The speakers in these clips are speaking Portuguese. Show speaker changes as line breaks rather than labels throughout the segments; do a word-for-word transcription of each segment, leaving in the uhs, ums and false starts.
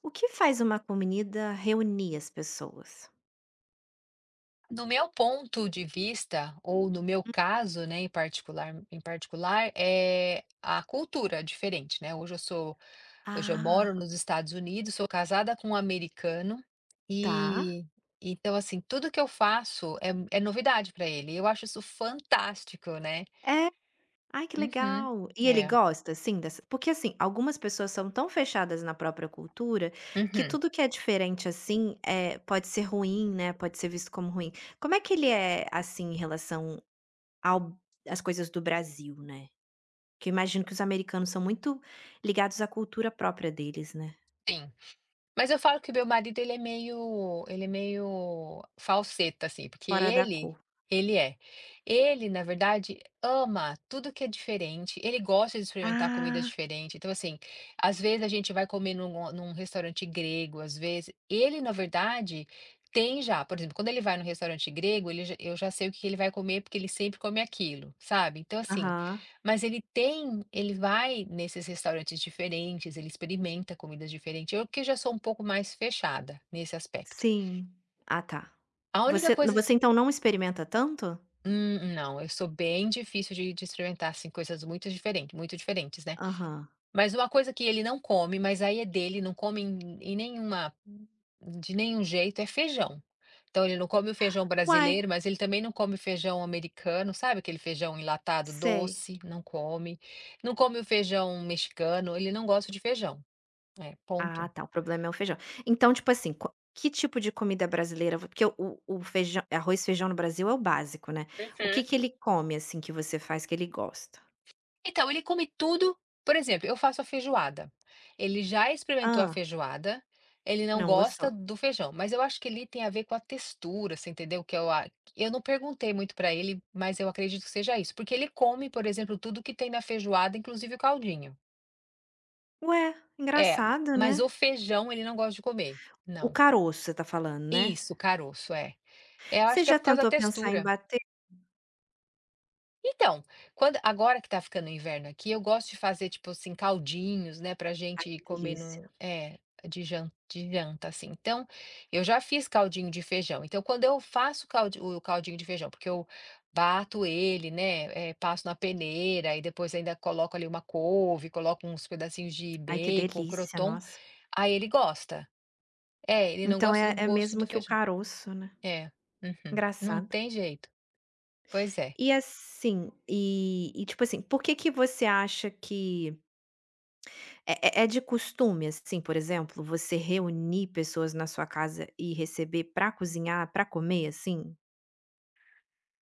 O que faz uma comunida reunir as pessoas?
No meu ponto de vista, ou no meu
Hum.
caso, né, em particular, em particular, é a cultura diferente, né? Hoje eu sou, hoje eu moro
Ah.
nos Estados Unidos, sou casada com um americano
Tá.
e então assim, tudo que eu faço é, é novidade para ele. Eu acho isso fantástico, né?
É. Ai, que
Uhum,
legal. E ele
é.
gosta, assim, dessa porque, assim, algumas pessoas são tão fechadas na própria cultura que
Uhum,
tudo que é diferente, assim, é pode ser ruim, né, pode ser visto como ruim. Como é que ele é, assim, em relação ao às coisas do Brasil, né? Que eu imagino que os americanos são muito ligados à cultura própria deles, né?
sim. Mas eu falo que o meu marido ele é meio ele é meio falseta, assim, porque
Fora da
ele
cor.
ele é. Ele, na verdade, ama tudo que é diferente, ele gosta de experimentar comidas
Ah.
diferentes, então, assim, às vezes a gente vai comer num num restaurante grego, às vezes ele, na verdade, tem já por exemplo, quando ele vai no restaurante grego, ele já eu já sei o que ele vai comer, porque ele sempre come aquilo, sabe. Então, assim,
Aham.
mas ele tem ele vai nesses restaurantes diferentes, ele experimenta comidas diferentes. Eu que já sou um pouco mais fechada nesse aspecto.
Sim. Ah, tá.
A única
Você
coisa
você então não experimenta tanto?
hum, não, eu sou bem difícil de de experimentar, assim, coisas muito diferentes muito diferentes, né.
Aham.
Mas uma coisa que ele não come, mas aí é dele, não come em em nenhuma de nenhum jeito, é feijão. Então ele não come o feijão
Uai,
brasileiro, mas ele também não come feijão americano, sabe aquele feijão enlatado
sei.
doce? Não come. Não come o feijão mexicano, ele não gosta de feijão. É,
Ah,
ponto.
tá, o problema é o feijão. Então, tipo assim, qua que tipo de comida brasileira vo porque o o o feijão arroz, e feijão no Brasil é o básico, né. O que
Uhum.
que ele come, assim, que você faz que ele gosta?
Então, ele come tudo por exemplo, eu faço a feijoada. Ele já experimentou a
Ah,
feijoada, ele não
não gostou.
gosta do feijão, mas eu acho que ele tem a ver com a textura, você entendeu? Que eu a eu não perguntei muito para ele, mas eu acredito que seja isso, porque ele come, por exemplo, tudo que tem na feijoada, inclusive o caldinho.
Ué,
É,
engraçado, né.
mas o feijão ele não gosta de comer.
O
Não.
caroço você tá falando, né.
Isso, caroço, é. É, eu
Você
acho que é
já
por causa da
tentou pensar em
textura.
bater?
Então, quando agora que tá ficando inverno aqui, eu gosto de fazer, tipo assim, caldinhos, né, pra
Ai,
gente
que
comer
delícia.
no é, de jan de janta, assim. Então, eu já fiz caldinho de feijão. Então, quando eu faço caldi o caldinho de feijão, porque eu bato ele, né, eh, passo na peneira e depois ainda coloco ali uma couve, coloco uns pedacinhos de
Ai, que
bacon,
delícia,
croton,
nossa.
aí ele gosta. É, ele não
Então
gosta do
é é
gosto
mesmo
do
que o
feijão.
caroço, né.
É. Uhum. Não
Engraçado.
tem jeito. Pois é.
E assim, e e tipo assim, por que que você acha que é é é de costume, assim, por exemplo, você reunir pessoas na sua casa e receber pra cozinhar, pra comer, assim?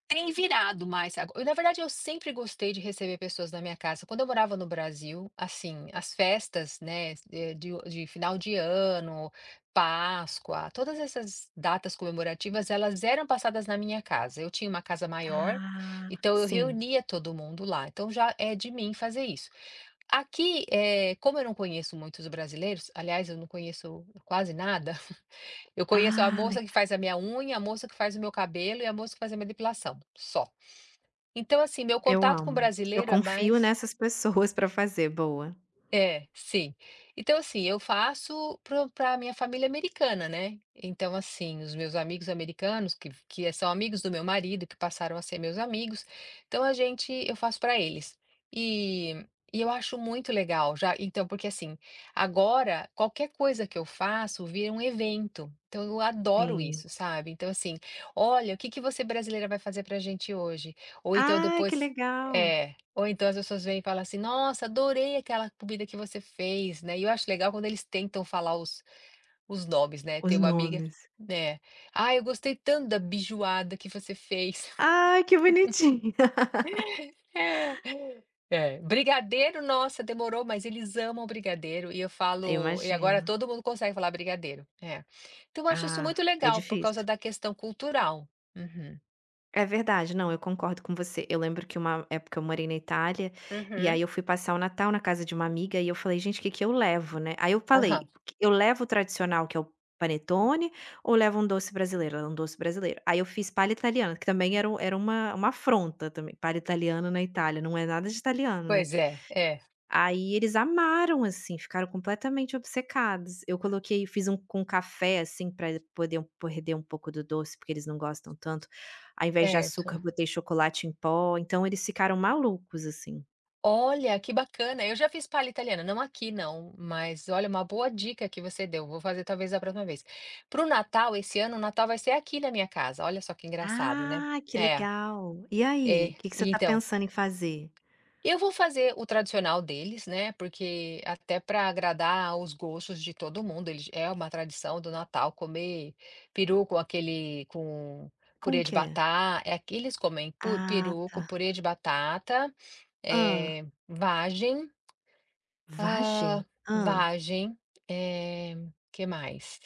Tem virado mais ago na verdade, eu sempre gostei de receber pessoas na minha casa. Quando eu morava no Brasil, assim, as festas, né, eh, de de final de ano, Páscoa, todas essas datas comemorativas, elas eram passadas na minha casa. Eu tinha uma casa maior,
Ah.
então eu
Sim.
reunia todo mundo lá. Então já é de mim fazer isso. Aqui, eh, como eu não conheço muitos brasileiros, aliás, eu não conheço quase nada, eu conheço a
Ah, le
moça que faz a minha unha, a moça que faz o meu cabelo e a moça que faz a minha depilação, só. Então, assim, meu
Eu
contato com
amo. Eu
brasileiro é
confio
mais
nessas pessoas pra fazer, boa.
é, sim. Então, assim, eu faço para a minha família americana, né. Então, assim, os meus amigos americanos que que são amigos do meu marido, que passaram a ser meus amigos, então a gente eu faço para eles. E e eu acho muito legal já então, porque, assim, agora qualquer coisa que eu faço vira um evento, então eu adoro
Sim.
isso, sabe. Então, assim: "Olha, o que que você brasileira vai fazer pra gente hoje?" Ou então
Ai, que
depois
legal.
é, ou então as pessoas vêm e falam assim: "Nossa, adorei aquela comida que você fez", né. E eu acho legal quando eles tentam falar os os nomes, né.
Os
Tem uma amiga
nomes.
né. "Ah, eu gostei tanto da bijuada que você fez".
Ai, que bonitinho.
É, é. Brigadeiro, nossa, demorou, mas eles amam brigadeiro e eu
Eu
falo e agora
imagino.
todo mundo consegue falar brigadeiro. É. Então eu acho isso
Ah,
muito
é
legal por causa
difícil.
da questão cultural. Uhum.
É verdade, não, eu concordo com você. Eu lembro que uma época eu morei na Itália, e
Uhum.
aí eu fui passar o Natal na casa de uma amiga e eu falei: "Gente, o que que eu levo, né?". Aí eu
Aham.
falei: "Que- Eu levo o tradicional, que é o panetone, ou levo um doce brasileiro?". Ela: "Um doce brasileiro". Aí eu fiz palha italiana, que também era um era uma uma afronta também, palha italiana na Itália, não é nada de italiano, né.
Pois é, é,
Aí eles amaram, assim, ficaram completamente obcecados. Eu coloquei fiz um com café, assim, para poder um- perder um pouco do doce, porque eles não gostam tanto. Ao invés de
certo.
açúcar, botei chocolate em pó, então eles ficaram malucos, assim.
Olha, que bacana. Eu já fiz palha italiana, não aqui não, mas olha, uma boa dica que você deu. Vou fazer talvez a próxima vez. Para o Natal, esse ano, o Natal vai ser aqui na minha casa. Olha só que engraçado, né?
Ah, que
É,
legal. E aí,
é.
o que que você tá
Então,
pensando em fazer?
eu vou fazer o tradicional deles, né? Porque até para agradar os gostos de todo mundo, eles- é uma tradição do Natal comer peru com aquele, com purê
Como
de
que é?
batata. É, aqui eles comem pu-
Ah,
peru com
tá.
purê de batata,
Hã.
é, vagem. Ah,
Vagem? Hã.
vagem, eh, que mais?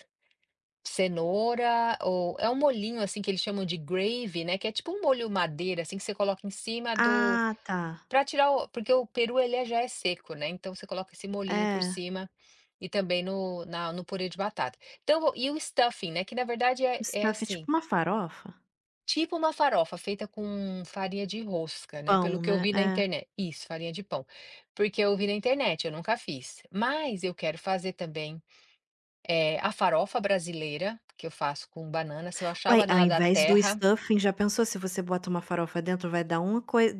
Cenoura ou é um molhinho, assim, que eles chamam de gravy, né, que é tipo um molho madeira, assim, que você coloca em cima do
Ah, tá.
para tirar o porque o peru ele é já é seco, né, então você coloca esse molhinho por
É.
cima e também no na no purê de batata. Então e o stuffing, né, que na verdade é é
Stuff é tipo
assim,
uma farofa?
tipo uma farofa feita com farinha de rosca, né, pelo
Pão,
que eu
né?
vi na
É.
internet. Isso, farinha de pão. Porque eu vi na internet, eu nunca fiz. Mas eu quero fazer também, eh, a farofa brasileira, que eu faço com banana. Se eu achar a
Uai, ao
banana da
invés do
terra
stuffing, já pensou se você bota uma farofa dentro, vai dar uma coisa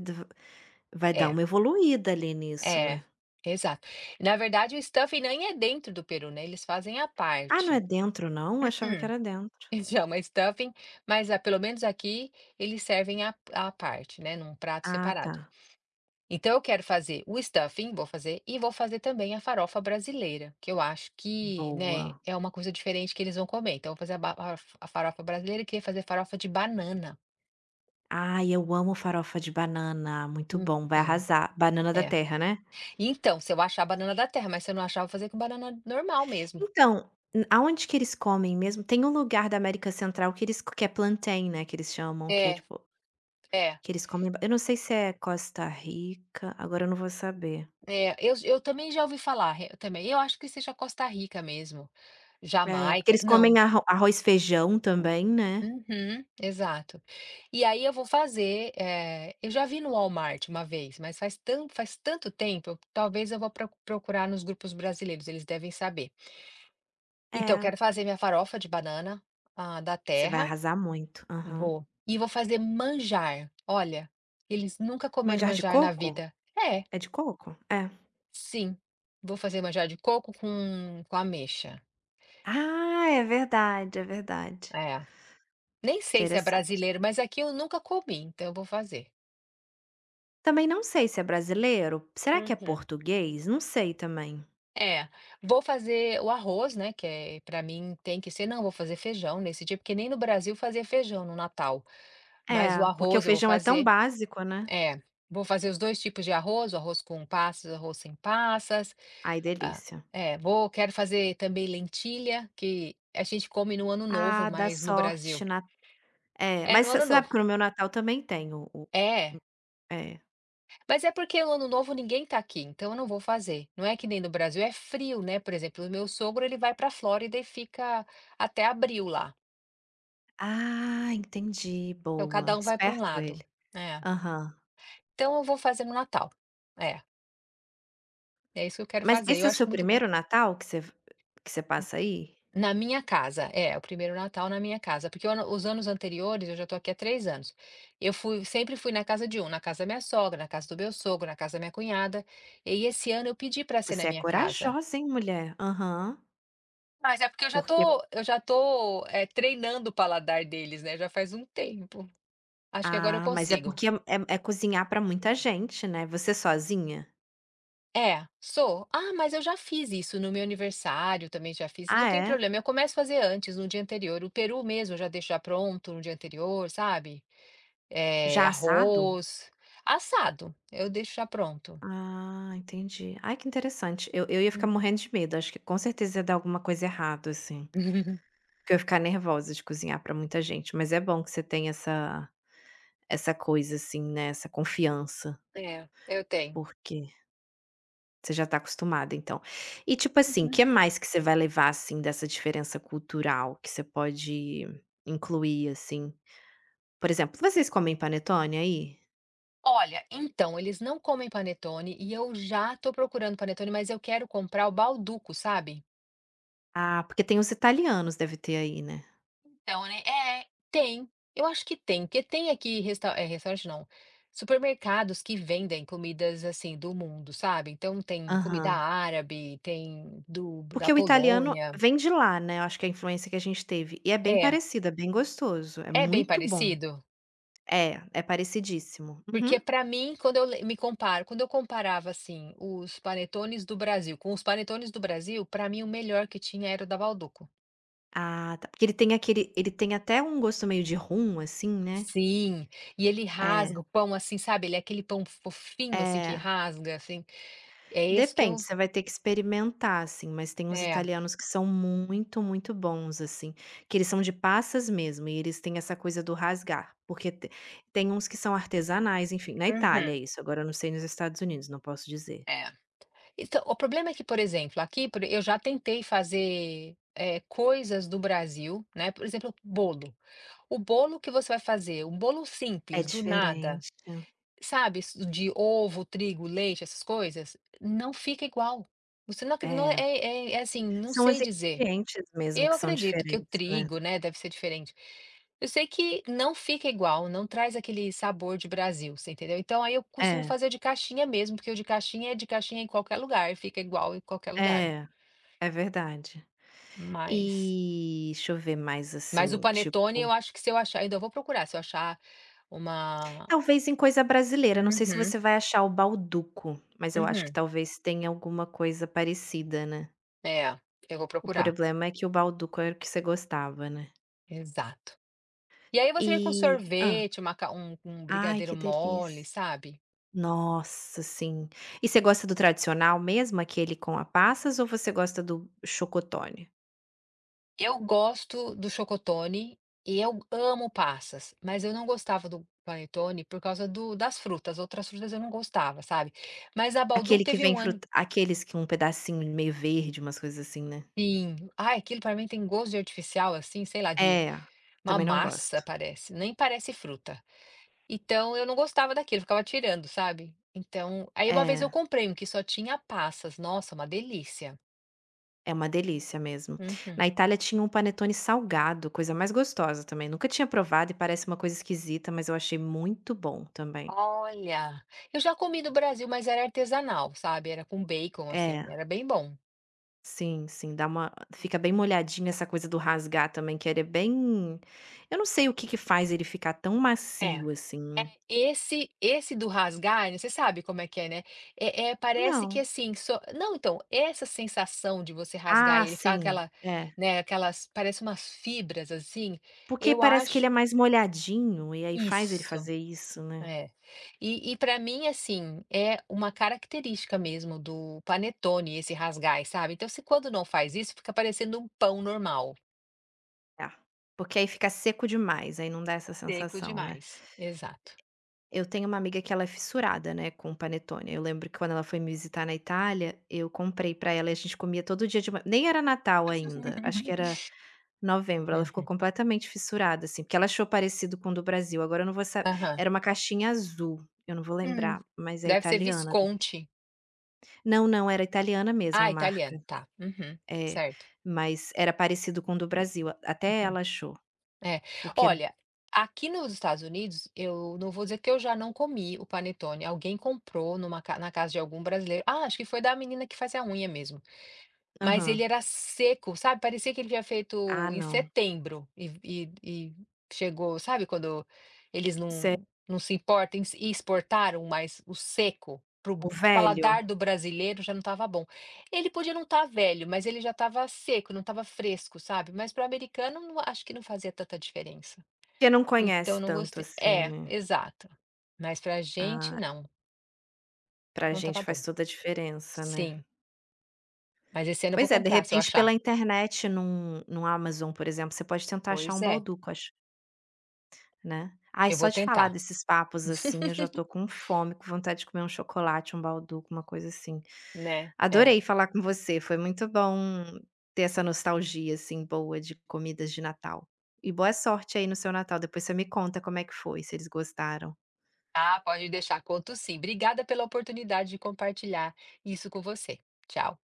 vai dar
é,
uma evoluída ali nisso,
é,
né.
exato. Na verdade, o stuffing nem é dentro do peru, né, eles fazem à
Ah, não é
parte.
dentro não? Eu achava que
Mm-mm.
era dentro.
Chama stuffing, mas, ah, pelo menos aqui, eles servem à à parte, né, num prato
Ah, tá.
separado. Então eu quero fazer o stuffing, vou fazer, e vou fazer também a farofa brasileira, que eu acho que, né,
Boa.
é uma coisa diferente que eles vão comer. Então eu vou fazer a, ba- a f- a farofa brasileira e queria fazer farofa de banana.
Ai, eu amo farofa de banana, muito bom, vai
Então,
arrasar. Banana da
é.
terra, né.
Então, se eu achar a banana da terra, mas se eu não achar, eu vou fazer com banana normal mesmo.
Então, n aonde que eles comem mesmo? Tem um lugar da América Central que eles que é plantain, né, que eles chamam, que é
É,
tipo
é,
que eles comem ba eu não sei se é Costa Rica, agora eu não vou saber.
é. Eu, eu também já ouvi falar, eu também. Eu acho que seja Costa Rica mesmo.
É, porque
Jamaica.
eles
Não.
comem arro arroz e feijão também, né.
Uhum, exato. E aí eu vou fazer, eh, eu já vi no Walmart uma vez, mas faz tan faz tanto tempo, eu talvez eu vou pro procurar nos grupos brasileiros, eles devem saber. Então eu
É,
quero fazer minha farofa de banana, ah, da
você vai
terra,
arrasar muito. Aham.
vou. E vou fazer manjar, olha, eles nunca comeram
Manjar de
manjar na
coco?
vida. É,
É de coco? É.
sim, vou fazer manjar de coco com com ameixa,
Ah, é verdade, é verdade.
é. Nem sei se é
Interessante.
brasileiro, mas aqui eu nunca comi, então eu vou fazer.
Também não sei se é brasileiro. Será que é
Uhum.
português? Não sei também.
É, vou fazer o arroz, né, que é para mim tem que ser não, vou fazer feijão nesse dia, porque nem no Brasil fazia feijão no Natal, mas o
É, porque o
arroz eu vou
feijão é tão
fazer
básico, né.
é, vou fazer os dois tipos de arroz, o arroz com passas, o arroz sem passas,
Ai,
ah
delícia.
é, vou quero fazer também lentilha, que a gente come no Ano Novo,
Ah, dá
mas no Brasil
sorte na é,
é
mas
no
você
Ano
sabe
Novo.
que no meu Natal também tem o o
É,
é.
mas é porque o Ano Novo ninguém tá aqui, então eu não vou fazer. Não é que nem no Brasil, é frio, né, por exemplo, o meu sogro ele vai pra Flórida e fica até abril lá.
Ah, entendi,
Então cada
boa.
um vai para um
Esperto
lado.
ele.
É.
Aham.
Então eu vou fazer no Natal. É, é isso que eu quero
Mas
fazer.
esse
Eu
é o
acho
seu
muito
primeiro
quanto
Natal que você que você passa aí?
na minha casa, é, o primeiro Natal na minha casa, porque o ano os anos anteriores, eu já estou aqui há três anos, eu fui sempre fui na casa de um, na casa da minha sogra, na casa do meu sogro, na casa da minha cunhada, e esse ano eu pedi para ser na
Você é
minha casa.
corajosa, hein, mulher. Aham.
Mas é porque eu já
Porque
tô eu já tô, é treinando o paladar deles, né, já faz um tempo. Acho que agora eu
Ah, mas é
consigo.
porque é é é cozinhar pra muita gente, né. Você sozinha?
É, sou. Ah, mas eu já fiz isso no meu aniversário, também já fiz, não
Ah,
tem
é?
problema. Eu começo a fazer antes, no dia anterior. O peru mesmo eu já deixo já pronto no dia anterior, sabe? Eh,
Já assado?
arroz, assado, eu deixo já pronto.
Ah, entendi. Ai, que interessante. Eu eu ia ficar
Uhum.
morrendo de medo. Acho que com certeza ia dar alguma coisa errado, assim. Porque eu ia ficar nervosa de cozinhar pra muita gente, mas é bom que você tem essa essa coisa assim, né, essa confiança,
É, eu tenho.
porque você já tá acostumada então. E tipo assim,
Uhum.
que mais que você vai levar, assim, dessa diferença cultural que você pode incluir, assim? Por exemplo, vocês comem panetone aí?
Olha, então, eles não comem panetone e eu já tô procurando panetone, mas eu quero comprar o balduco, sabe?
Ah, porque tem os italianos, deve ter aí, né?
Então, né, é. Tem, eu acho que tem, porque tem aqui resta eh, restaurante não, supermercados que vendem comidas, assim, do mundo, sabe. Então tem comida
Aham.
árabe, tem do da
Porque o italiano
Polônia.
vem de lá, né, eu acho que a influência que a gente teve, e é bem
É,
parecida, é bem gostoso, é
é bem
muito bom.
parecido?
É, é parecidíssimo. Uhum.
Porque pra mim, quando eu le me comparo quando eu comparava, assim, os panetones do Brasil com os panetones do Brasil, pra mim o melhor que tinha era o da Balduco.
Ah, tá. Porque ele tem aquele ele tem até um gosto meio de rum, assim, né.
Sim, e ele rasga
É,
o pão, assim, sabe, ele é aquele pão fofinho, assim, que
é.
rasga, assim. É esse que eu
Depende, você vai ter que experimentar, assim, mas tem uns
é.
italianos que são muito, muito bons, assim, que eles são de passas mesmo e eles têm essa coisa do rasgar, porque te tem uns que são artesanais, enfim, na Itália
Uhum,
é isso, agora eu não sei nos Estados Unidos, não posso dizer.
é. Então, o problema é que, por exemplo, aqui por eu já tentei fazer, eh, coisas do Brasil, né, por exemplo, bolo. O bolo que você vai fazer, um bolo
É
simples, do nada,
diferente.
sabe, s de ovo, trigo, leite, essas coisas, não fica igual. Você não acre não é
É.
é é é assim, não
São os
sei dizer.
ingredientes mesmo
Eu
que são
acredito que o
diferentes, né.
trigo, né, deve ser diferente. Eu sei que não fica igual, não traz aquele sabor de Brasil, você entendeu? Então aí eu costumo
É,
fazer de caixinha mesmo, porque o de caixinha é de caixinha em qualquer lugar, fica igual em qualquer lugar.
é, é verdade.
Mas,
E deixa eu ver mais,
mas o
assim, tipo
panetone eu acho que se eu achar, ainda vou procurar, se eu achar uma.
talvez em coisa brasileira, não sei se
Uhum,
você vai achar o balduco, mas eu acho que
uhum.
talvez tenha alguma coisa parecida, né.
É, eu vou
O
procurar.
problema é que o balduco era o que você gostava, né.
Exato. E aí você vem com
E hã.
sorvete, uma ca- um, um
Ai,
brigadeiro
que
mole,
delícia.
sabe?
Nossa, sim. E você gosta do tradicional mesmo, aquele com a passas ou você gosta do chocotone?
Eu gosto do chocotone e eu amo passas, mas eu não gostava do panetone por causa do das frutas. Outras frutas eu não gostava, sabe. Mas a Bauducco
Aquele que
teve
vem
um ano
fruta aqueles que um pedacinho meio verde, umas coisas assim, né.
sim. Ai, aquilo pra mim tem gosto de artificial, assim, sei lá, de
É,
uma
também não
massa
gosto.
parece, nem parece fruta. Então eu não gostava daquilo, ficava tirando, sabe. Então aí uma vez eu
É.
comprei um que só tinha passas, nossa, uma delícia.
É uma delícia mesmo.
Uhum.
Na Itália tinha um panetone salgado, coisa mais gostosa também. Nunca tinha provado e parece uma coisa esquisita, mas eu achei muito bom também.
Olha, eu já comi no Brasil, mas era artesanal, sabe, era com bacon, assim,
É,
era bem bom.
sim, sim, dá uma fica bem molhadinho essa coisa do rasgar também, que ele é bem eu não sei o que que faz ele ficar tão
É,
macio assim, né.
esse esse do rasgar, né, você sabe como é que é, né, é é parece que
Não.
assim, só não, então, essa sensação de você rasgar
Ah,
e ele ficar com
sim,
aquela,
é.
né, aquelas parece umas fibras, assim,
Porque
eu
parece que ele é
acho
mais molhadinho e aí faz ele
isso,
fazer isso, né.
é. E e pra mim, assim, é uma característica mesmo do panetone esse rasgar, sabe. Então se quando não faz isso, fica parecendo um pão normal,
Tá. Porque aí fica seco demais, aí não dá essa
seco
sensação, né.
demais. Exato.
Eu tenho uma amiga que ela é fissurada, né, com panetone. Eu lembro que quando ela foi me visitar na Itália, eu comprei pra ela e a gente comia todo dia de ma nem era Natal ainda, acho que era novembro. Ela ficou
Uhum.
completamente fissurada, assim, porque ela achou parecido com o do Brasil. Agora eu não vou saber.
Aham.
Era uma caixinha azul, eu não vou
Hum.
lembrar, mas é
Deve ser
italiana.
Visconti.
Não, não, era italiana mesmo
Ah,
a
italiano,
marca.
tá. Uhum,
É,
certo.
mas era parecido com o do Brasil, a- até
Uhum,
ela achou,
é.
porque
Olha, aqui nos Estados Unidos, eu não vou dizer que eu já não comi o panetone, alguém comprou numa ca na casa de algum brasileiro. Ah, acho que foi da menina que faz a unha mesmo. Mas ele
aham.
era seco, sabe, parecia que ele tinha
Ah,
feito em
não.
setembro e e e chegou sabe quando eles
Sé
não não se importam e exportaram, mas o seco para o
O velho?
paladar do brasileiro já não estava bom. Ele podia não estar velho, mas ele já estava seco, não estava fresco, sabe, mas para o americano não acho que não fazia tanta diferença.
Que não
Então eu
conhece
não
tanto
gostei.
assim,
É,
né.
exato. Mas para a gente
Ah,
não,
pra
não estava
gente
bom.
faz toda a diferença, né.
Sim, mas esse ano eu vou
Pois é, de
comprar se eu
repente
achar.
pela internet num num Amazon, por exemplo, você pode tentar achar
Pois
um
é,
balduco, acho né. Ai,
eu
só
vou
de falar
tentar.
desses papos, assim, eu já tô com fome, com vontade de comer um chocolate, um balduco, uma coisa assim.
Né, é.
Adorei falar com você, foi muito bom ter essa nostalgia, assim, boa de comidas de Natal. E boa sorte aí no seu Natal, depois você me conta como é que foi, se eles gostaram.
Ah, pode deixar, conto sim. Obrigada pela oportunidade de compartilhar isso com você. Tchau.